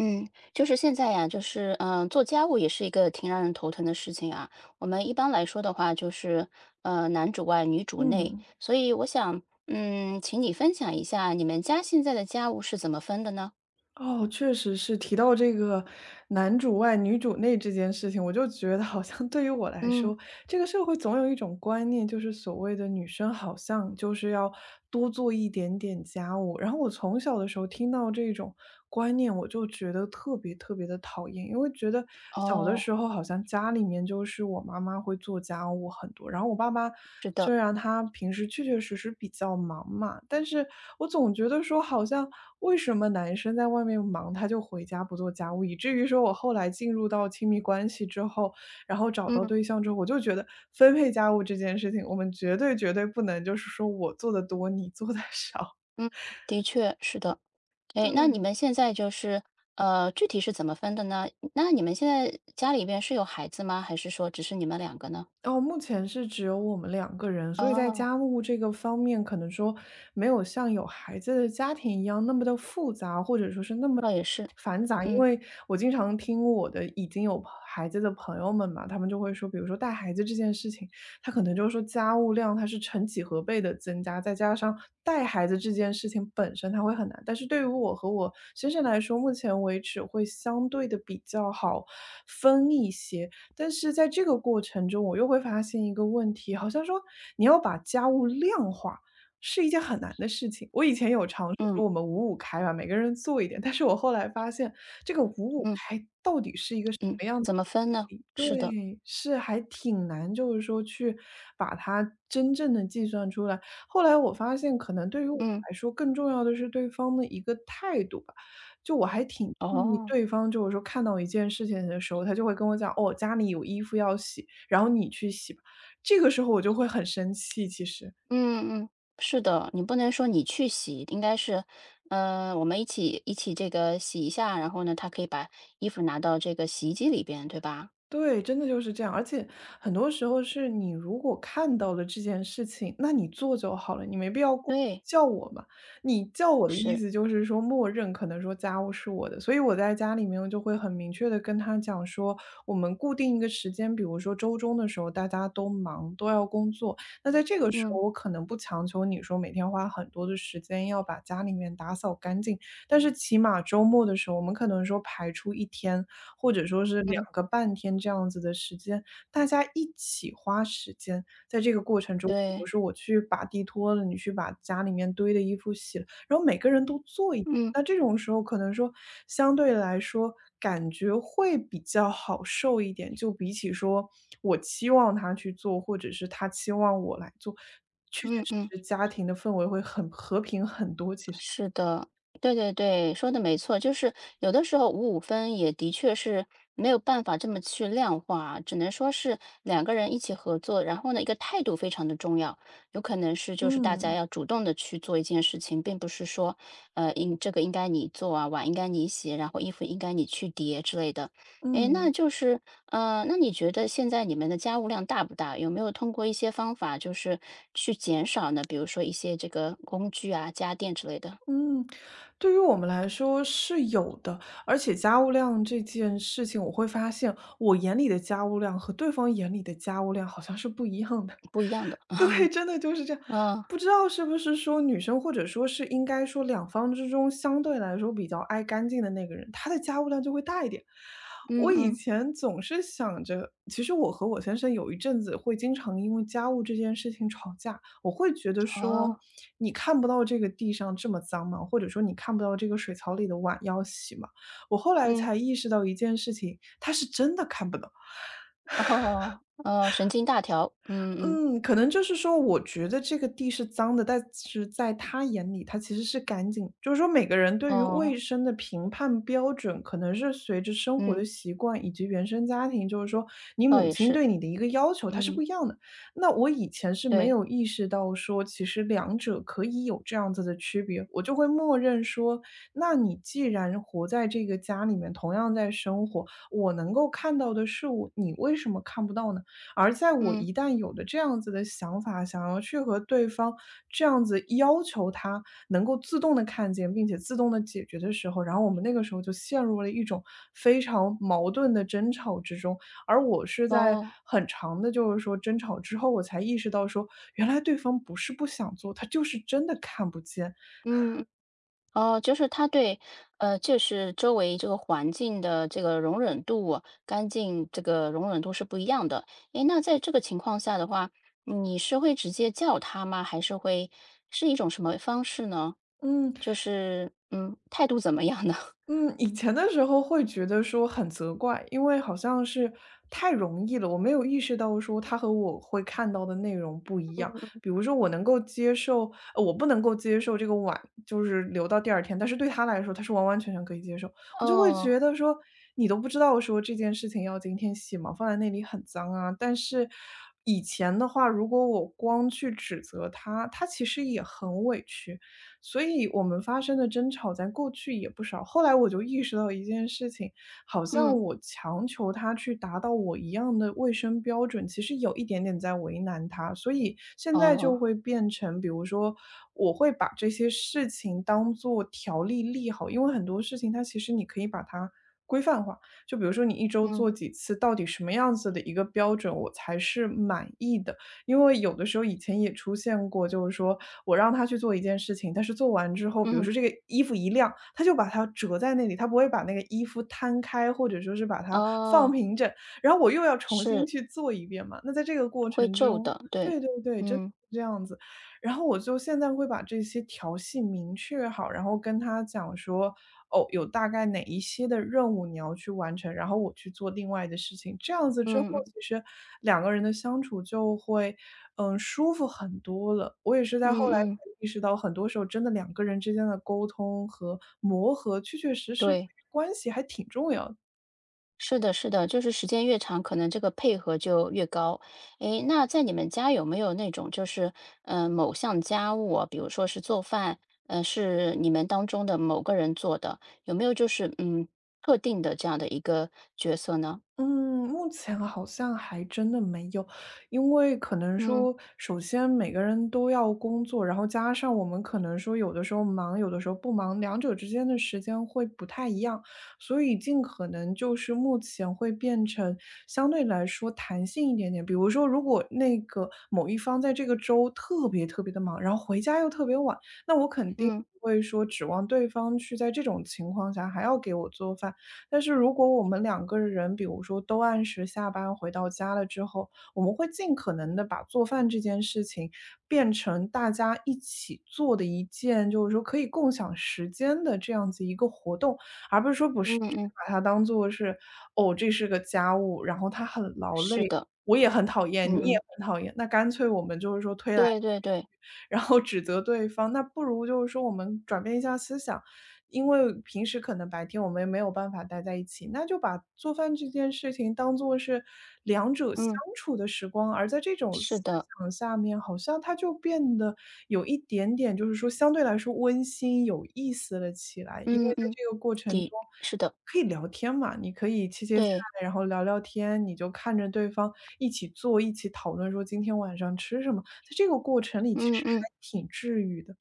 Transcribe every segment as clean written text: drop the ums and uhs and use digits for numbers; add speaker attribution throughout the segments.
Speaker 1: 嗯，就是现在呀，就是做家务也是一个挺让人头疼的事情啊。我们一般来说的话，就是男主外女主内，
Speaker 2: 嗯，
Speaker 1: 所以我想，嗯，请你分享一下你们家现在的家务是怎么分的呢？
Speaker 2: 哦，确实是。提到这个男主外女主内这件事情，我就觉得好像对于我来
Speaker 1: 嗯，
Speaker 2: 说，这个社会总有一种观念，就是所谓的女生好像就是要多做一点点家务。然后我从小的时候听到这种观念，我就觉得特别特别的讨厌，因为觉得小的
Speaker 1: 哦，
Speaker 2: 时候好像家里面就是我妈妈会做家务很多，然后我爸爸
Speaker 1: 是的，
Speaker 2: 虽然他平时确确实实比较忙嘛，但是我总觉得说好像为什么男生在外面忙他就回家不做家务，以至于说我后来进入到亲密关系之后。然后找到
Speaker 1: 嗯
Speaker 2: 对象之后，我就觉得分配家务这件事情，我们绝对绝对不能就是说我做的多，你做的少。
Speaker 1: 嗯，的确是的。哎，那你
Speaker 2: 对。
Speaker 1: 们现在就是具体是怎么分的呢？那你们现在家里边是有孩子吗？还是说只是你们两个呢？
Speaker 2: 哦，目前是只有我们两个人，所以在
Speaker 1: 哦，
Speaker 2: 家务这个方面，可能说没有像有孩子的家庭一样那么的复杂，或者说是那么
Speaker 1: 倒也是，
Speaker 2: 繁杂。因
Speaker 1: 嗯
Speaker 2: 为我经常听我的已经有孩子的朋友们嘛，他们就会说，比如说带孩子这件事情，他可能就是说家务量它是成几何倍的增加，再加上带孩子这件事情本身它会很难。但是对于我和我先生来说，目前为止会相对的比较好分一些。但是在这个过程中，我又会发现一个问题，好像说你要把家务量化是一件很难的事情。我以前有尝试
Speaker 1: 嗯
Speaker 2: 说我们五五开吧，每个人做一点，但是我后来发现这个五五
Speaker 1: 嗯。
Speaker 2: 开到底是一个什
Speaker 1: 嗯，
Speaker 2: 么样子
Speaker 1: 怎么
Speaker 2: 的
Speaker 1: 分呢？
Speaker 2: 比例？
Speaker 1: 是的，
Speaker 2: 对，是还挺难，就是说去把它真正的计算出来。后来我发现，可能对于我
Speaker 1: 嗯，
Speaker 2: 来说，更重要的是对方的一个态度吧。就我还挺建议
Speaker 1: 哦，
Speaker 2: 对方就是说看到一件事情的时候，他就会跟我讲："哦，家里有衣服要洗，然后你去洗吧。"这个时候我就会很生气，其实。
Speaker 1: 嗯嗯，是的，你不能说你去洗，应该是，我们一起这个洗一下，然后呢，他可以把衣服拿到这个洗衣机里边，对吧？
Speaker 2: 对，真的就是这样。而且很多时候是你如果看到了这件事情，那你做就好了，你没必要过来
Speaker 1: 对，
Speaker 2: 叫我嘛。你叫我的意
Speaker 1: 是，
Speaker 2: 思就是说，默认可能说家务是我的，所以我在家里面就会很明确的跟他讲说，我们固定一个时间，比如说周中的时候大家都忙，都要工作，那在这个时
Speaker 1: 嗯
Speaker 2: 候我可能不强求你说每天花很多的时间要把家里面打扫干净，但是起码周末的时候，我们可能说排出一天。或者说是两
Speaker 1: 嗯，
Speaker 2: 个半天这样子的时间，大家一起花时间。在这个过程中，比如
Speaker 1: 对，
Speaker 2: 说我去把地拖了，你去把家里面堆的衣服洗了，然后每个人都做一点。
Speaker 1: 嗯
Speaker 2: 那这种时候可能说相对来说感觉会比较好受一点，就比起说我期望他去做，或者是他期望我来做，确确
Speaker 1: 嗯
Speaker 2: 实
Speaker 1: 嗯。
Speaker 2: 实家庭的氛围会很和平很多，其实。
Speaker 1: 是的，对对对，说的没错，就是有的时候五五分也的确是没有办法这么去量化，只能说是两个人一起合作，然后呢，一个态度非常的重要，有可能是就是大家
Speaker 2: 嗯。
Speaker 1: 要主动的去做一件事情，并不是说，应这个应该你做啊，碗应该你洗，然后衣服应该你去叠之类的，诶，那
Speaker 2: 嗯。
Speaker 1: 就是那你觉得现在你们的家务量大不大？有没有通过一些方法，就是去减少呢？比如说一些这个工具啊、家电之类的，
Speaker 2: 嗯，对于我们来说是有的。而且家务量这件事情，我会发现我眼里的家务量和对方眼里的家务量好像是不一样的。
Speaker 1: 不一样的。
Speaker 2: 对，真的就是这样。
Speaker 1: 嗯
Speaker 2: 不知道是不是说女生，或者说是应该说两方之中相对来说比较爱干净的那个人，他的家务量就会大一点。
Speaker 1: 嗯
Speaker 2: 我以
Speaker 1: 嗯，
Speaker 2: 前总是想着，其实我和我先生有一阵子会经常因为家务这件事情吵架。我会觉得说，
Speaker 1: 哦，
Speaker 2: 你看不到这个地上这么脏吗？或者说你看不到这个水槽里的碗要洗吗？我后来
Speaker 1: 嗯
Speaker 2: 才意识到一件事情，他是真的看不懂。
Speaker 1: 哦哦，神经大条，嗯嗯，
Speaker 2: 嗯，可能就是说，我觉得这个地是脏的，但是在他眼里，他其实是干净。就是说，每个人对于卫
Speaker 1: 哦，
Speaker 2: 生的评判标准，可能是随着生活
Speaker 1: 嗯，
Speaker 2: 的习惯以及原生家庭，就是说你
Speaker 1: 倒
Speaker 2: 母
Speaker 1: 也
Speaker 2: 亲
Speaker 1: 是，
Speaker 2: 对你的一个要求，它是
Speaker 1: 嗯，
Speaker 2: 不一样的。那我以前是没
Speaker 1: 对，
Speaker 2: 有意识到说，其实两者可以有这样子的区别，我就会默认说，那你既然活在这个家里面，同样在生活，我能够看到的事物，你为什么看不到呢？而在我
Speaker 1: 嗯，
Speaker 2: 一旦有了这样子的想法，想要去和对方这样子要求他能够自动的看见，并且自动的解决的时候，然后我们那个时候就陷入了一种非常矛盾的争吵之中。而我是在
Speaker 1: 哦，
Speaker 2: 很长的就是说争吵之后，我才意识到说，原来对方不是不想做，他就是真的看不见。
Speaker 1: 嗯。哦，就是他对，就是周围这个环境的这个容忍度、干净这个容忍度是不一样的。诶，那在这个情况下的话，你是会直接叫他吗？还是会是一种什么方式呢？
Speaker 2: 嗯。
Speaker 1: 就是，嗯，态度怎么样呢？
Speaker 2: 嗯，以前的时候会觉得说很责怪，因为好像是太容易了，我没有意识到说他和我会看到的内容不一样。比如说，我能够接受，我不能够接受这个碗就是留到第二天，但是对他来说，他是完完全全可以接受。我就会
Speaker 1: 哦，
Speaker 2: 觉得说，你都不知道说这件事情要今天洗嘛，放在那里很脏啊。但是以前的话，如果我光去指责他，他其实也很委屈。所以我们发生的争吵在过去也不少。后来我就意识到一件事情，好像
Speaker 1: 嗯，
Speaker 2: 我强求他去达到我一样的卫生标准，其实有一点点在为难他。所以现在就
Speaker 1: 哦，
Speaker 2: 会变成，比如说，我会把这些事情当做条例立好，因为很多事情它其实你可以把它规范化。就比如说你一周
Speaker 1: 嗯
Speaker 2: 做几次，到底什么样子的一个标准我才是满意的？因为有的时候以前也出现过，就是说我让他去做一件事情，但是做完之后，比如
Speaker 1: 嗯，
Speaker 2: 说这个衣服一晾，他就把它折在那里，他不会把那个衣服摊开，或者说是把它放
Speaker 1: 哦，
Speaker 2: 平整，然后我又要重新
Speaker 1: 是
Speaker 2: 去做一遍嘛。那在这个过
Speaker 1: 会
Speaker 2: 程
Speaker 1: 皱
Speaker 2: 中
Speaker 1: 的，对，
Speaker 2: 对对对，真的
Speaker 1: 嗯
Speaker 2: 是这样子。然后我就现在会把这些调戏明确好，然后跟他讲说，哦，有大概哪一些的任务你要去完成，然后我去做另外的事情。这样子之后，
Speaker 1: 嗯嗯
Speaker 2: 其实两个人的相处就会，嗯，舒服很多了。我也是
Speaker 1: 嗯
Speaker 2: 在后来才
Speaker 1: 嗯，
Speaker 2: 意识到，很多时候真的两个人之间的沟通和磨合，确确实实对
Speaker 1: 对。
Speaker 2: 于关系还挺重要的。
Speaker 1: 是的，是的，就是时间越长，可能这个配合就越高。诶，那在你们家有没有那种就是，嗯，某项家务啊，比如说是做饭，嗯，是你们当中的某个人做的，有没有就是嗯特定的这样的一个角色呢？
Speaker 2: 嗯，目前好像还真的没有，因为可能
Speaker 1: 嗯
Speaker 2: 说，首先每个人都要工作，然后加上我们可能说有的时候忙，有的时候不忙，两者之间的时间会不太一样，所以尽可能就是目前会变成相对来说弹性一点点。比如说，如果那个某一方在这个周特别特别的忙，然后回家又特别晚，那我肯定
Speaker 1: 嗯
Speaker 2: 不会说指望对方去在这种情况下还要给我做饭，但是如果我们两个人，比如说都按时下班回到家了之后，我们会尽可能的把做饭这件事情变成大家一起做的一件，就是说可以共享时间的这样子一个活动。而不是说不是
Speaker 1: 嗯
Speaker 2: 只是
Speaker 1: 嗯，
Speaker 2: 把它当做是，哦，这是个家务，然后他很劳累，
Speaker 1: 是的，
Speaker 2: 我也很讨厌，
Speaker 1: 嗯
Speaker 2: 你也
Speaker 1: 嗯，
Speaker 2: 很讨厌，那干脆我们就是说推来推
Speaker 1: 对对对，
Speaker 2: 去，然后指责对方，那不如就是说我们转变一下思想，因为平时可能白天我们也没有办法待在一起，那就把做饭这件事情当做是两者相
Speaker 1: 嗯，
Speaker 2: 处的时光，而在这种
Speaker 1: 是
Speaker 2: 思
Speaker 1: 的，
Speaker 2: 想下面，好像它就变得有一点点，就是说相对来说温馨有意思了起来。因
Speaker 1: 嗯
Speaker 2: 为在
Speaker 1: 嗯，
Speaker 2: 这个过程中
Speaker 1: 的，是的，
Speaker 2: 可以聊天嘛，你可以切切菜，
Speaker 1: 对，
Speaker 2: 然后聊聊天，你就看着对方一起做，一起讨论说今天晚上吃什么，在这个过程里其
Speaker 1: 嗯
Speaker 2: 实
Speaker 1: 嗯。
Speaker 2: 还挺治愈的。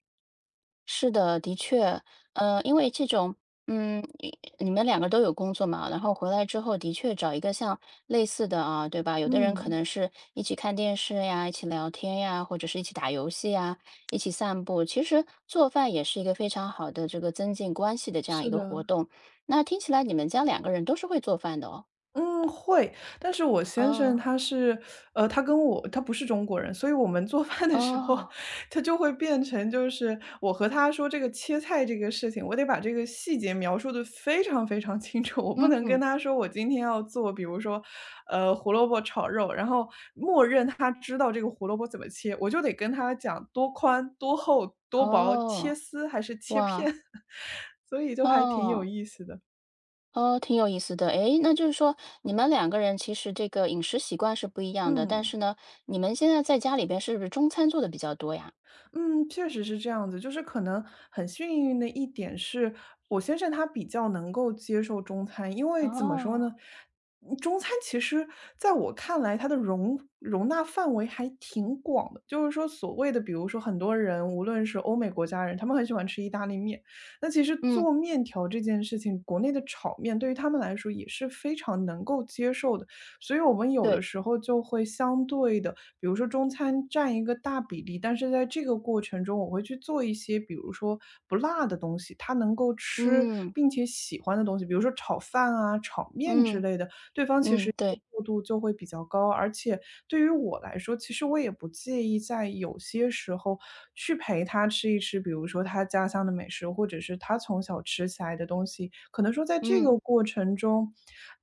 Speaker 1: 是的，的确，因为这种，嗯，你们两个都有工作嘛，然后回来之后，的确找一个像类似的啊，对吧？有的人可
Speaker 2: 嗯，
Speaker 1: 能是一起看电视呀，一起聊天呀，或者是一起打游戏呀，一起散步。其实做饭也是一个非常好的这个增进关系的这样一
Speaker 2: 是
Speaker 1: 个活
Speaker 2: 的。
Speaker 1: 动。那听起来你们家两个人都是会做饭的哦。
Speaker 2: 嗯，会，但是我先生
Speaker 1: 哦，
Speaker 2: 他是，他跟我他不是中国人，所以我们做 饭的时候，
Speaker 1: 哦，
Speaker 2: 他就会变成就是我和他说这个切菜这个事情，我得把这个细节描述的非常非常清楚，我不能
Speaker 1: 嗯，
Speaker 2: 跟他说我今天要做，比如说，胡萝卜炒肉，然后默认他知道这个胡萝卜怎么切，我就得跟他讲多宽、多厚、多薄，切
Speaker 1: 哦，
Speaker 2: 丝还是切片，
Speaker 1: 哇，
Speaker 2: 所以就还挺有
Speaker 1: 哦。
Speaker 2: 意思的，
Speaker 1: 哦，挺有意思的。诶，那就是说你们两个人其实这个饮食习惯是不一样的，但
Speaker 2: 嗯。
Speaker 1: 是呢，你们现在在家里边是不是中餐做的比较多呀？
Speaker 2: 嗯，确实是这样子。就是可能很幸运的一点是，我先生他比较能够接受中餐，因为怎么说
Speaker 1: 哦，
Speaker 2: 呢，嗯中餐其实在我看来，它的容纳范围还挺广的。就是说，所谓的，比如说很多人，无论是欧美国家人，他们很喜欢吃意大利面。那其实
Speaker 1: 嗯，
Speaker 2: 做面条这件事情，国内的炒面对于他们来说也是非常能够接受的。所以我们有的
Speaker 1: 对，
Speaker 2: 时候就会相对的。比如说中餐占一个大比例，但是在这个过程中，我会去做一些，比如说不辣的东西，他能够吃
Speaker 1: 嗯，
Speaker 2: 并且喜欢的东西，比如说炒饭啊、炒面之
Speaker 1: 嗯，
Speaker 2: 类的，对方其
Speaker 1: 嗯，
Speaker 2: 实接
Speaker 1: 对，
Speaker 2: 受度就会比较高，而且对于我来说，其实我也不介意在有些时候去陪他吃一吃，比如说他家乡的美食，或者是他从小吃起来的东西。可能说在这
Speaker 1: 嗯，
Speaker 2: 个过程中，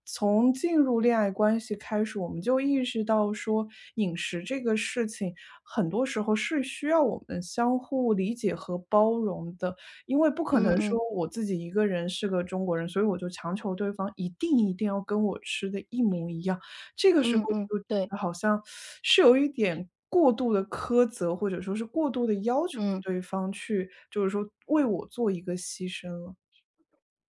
Speaker 2: 从进入恋爱关系开始，我们就意识到说，饮食这个事情，很多时候是需要我们相互理解和包容的，因为不可
Speaker 1: 嗯
Speaker 2: 能说
Speaker 1: 嗯，
Speaker 2: 我自己一个人是个中国人，所以我就强求对方一定要跟我吃的一模一样。这个时候
Speaker 1: 嗯嗯，
Speaker 2: 我就觉
Speaker 1: 对，
Speaker 2: 得好像是有一点过度的苛责，或者说是过度的要求
Speaker 1: 嗯。
Speaker 2: 对方去就是说为我做一个牺牲了。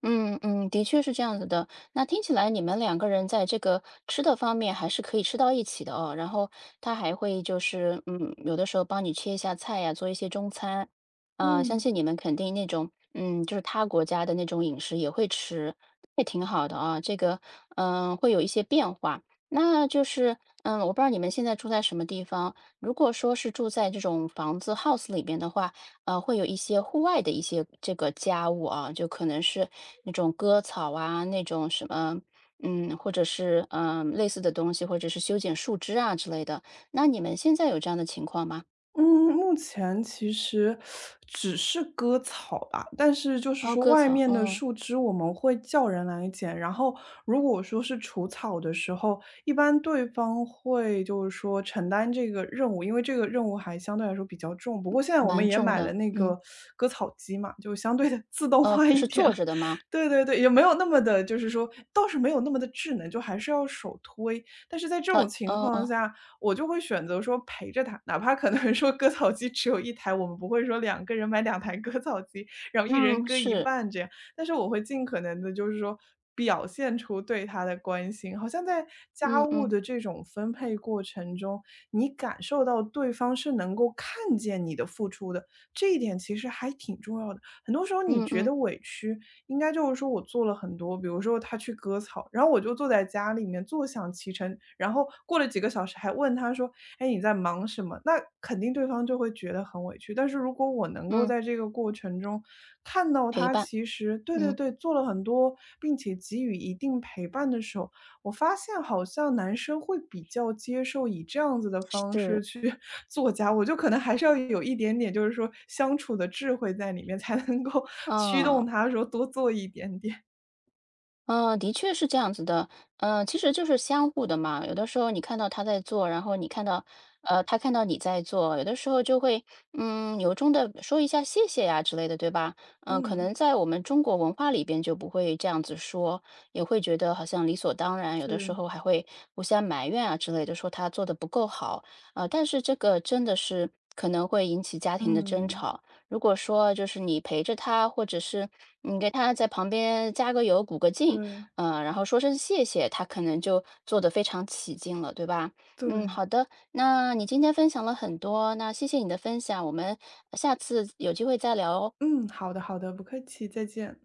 Speaker 1: 嗯嗯，的确是这样子的。那听起来你们两个人在这个吃的方面还是可以吃到一起的哦。然后他还会就是，嗯，有的时候帮你切一下菜呀，做一些中餐。啊、相
Speaker 2: 嗯。
Speaker 1: 信你们肯定那种，嗯，就是他国家的那种饮食也会吃，也挺好的啊。这个，嗯，会有一些变化。那就是，嗯，我不知道你们现在住在什么地方。如果说是住在这种房子 house 里边的话，会有一些户外的一些这个家务啊，就可能是那种割草啊，那种什么，嗯，或者是类似的东西，或者是修剪树枝啊之类的。那你们现在有这样的情况吗？
Speaker 2: 嗯，目前其实只是割草吧，但是就是
Speaker 1: 哦，
Speaker 2: 说
Speaker 1: 割
Speaker 2: 外
Speaker 1: 草，
Speaker 2: 面的
Speaker 1: 嗯，
Speaker 2: 树枝我们会叫人来捡，然后如果说是除草的时候，一般对方会就是说承担这个任务，因为这个任务还相对来说比较重。不过现在我们
Speaker 1: 蛮
Speaker 2: 也
Speaker 1: 重
Speaker 2: 买了
Speaker 1: 的，
Speaker 2: 那
Speaker 1: 嗯，
Speaker 2: 个割草机嘛，就相对的自动化一
Speaker 1: 是
Speaker 2: 点
Speaker 1: 坐
Speaker 2: 了。
Speaker 1: 着的吗？
Speaker 2: 对对对，也没有那么的就是说倒是没有那么的智能，就还是要手推。但是在这种情
Speaker 1: 哦
Speaker 2: 况
Speaker 1: 哦，
Speaker 2: 下，我就会选择说陪着他，哪怕可能说割草机只有一台，我们不会说两个人买两台割草机，然后一人
Speaker 1: 嗯，
Speaker 2: 割一
Speaker 1: 是，
Speaker 2: 半这样。但是我会尽可能的，就是说表现出对他的关心，好像在家
Speaker 1: 嗯
Speaker 2: 务
Speaker 1: 嗯
Speaker 2: 的这种分配过程中，你感受到对方是能够看见你的付出的，这一点其实还挺重要的。很多时候你
Speaker 1: 嗯
Speaker 2: 觉
Speaker 1: 嗯
Speaker 2: 得委屈，应该就是说我做了很多，比如说他去割草，然后我就坐在家里面坐享其成，然后过了几个小时还问他说："哎，你在忙什么？"那肯定对方就会觉得很委屈。但是如果我能够
Speaker 1: 嗯，
Speaker 2: 在这个过程中看到
Speaker 1: 陪
Speaker 2: 他
Speaker 1: 伴，
Speaker 2: 其实对对
Speaker 1: 嗯，
Speaker 2: 对，做了很多，并且给予一定陪伴的时候，我发现好像男生会比较接受以这样子的方式
Speaker 1: 是，
Speaker 2: 去 做家务，就可能还是要有一点点，就是说相处的智慧在里面，才能够 驱动
Speaker 1: 啊。
Speaker 2: 他说多做一点点。
Speaker 1: 嗯，的确是这样子的，嗯，其实就是相互的嘛。有的时候你看到他在做，然后你看到，他看到你在做，有的时候就会，嗯，由衷的说一下谢谢呀之类的，对吧？嗯、可能
Speaker 2: 嗯，
Speaker 1: 在我们中国文化里边就不会这样子说，也会觉得好像理所当然，有的时
Speaker 2: 是，
Speaker 1: 候还会互相埋怨啊之类的，说他做的不够好，但是这个真的是可能会引起家庭的争
Speaker 2: 嗯，
Speaker 1: 吵。如果说就是你陪着他，或者是你给他在旁边加个油、鼓个劲，
Speaker 2: 对
Speaker 1: 嗯，然后说声谢谢，他可能就做得非常起劲了，对吧？嗯，
Speaker 2: 对，
Speaker 1: 好的，那你今天分享了很多，那谢谢你的分享，我们下次有机会再聊哦。
Speaker 2: 嗯，好的好的，不客气，再见。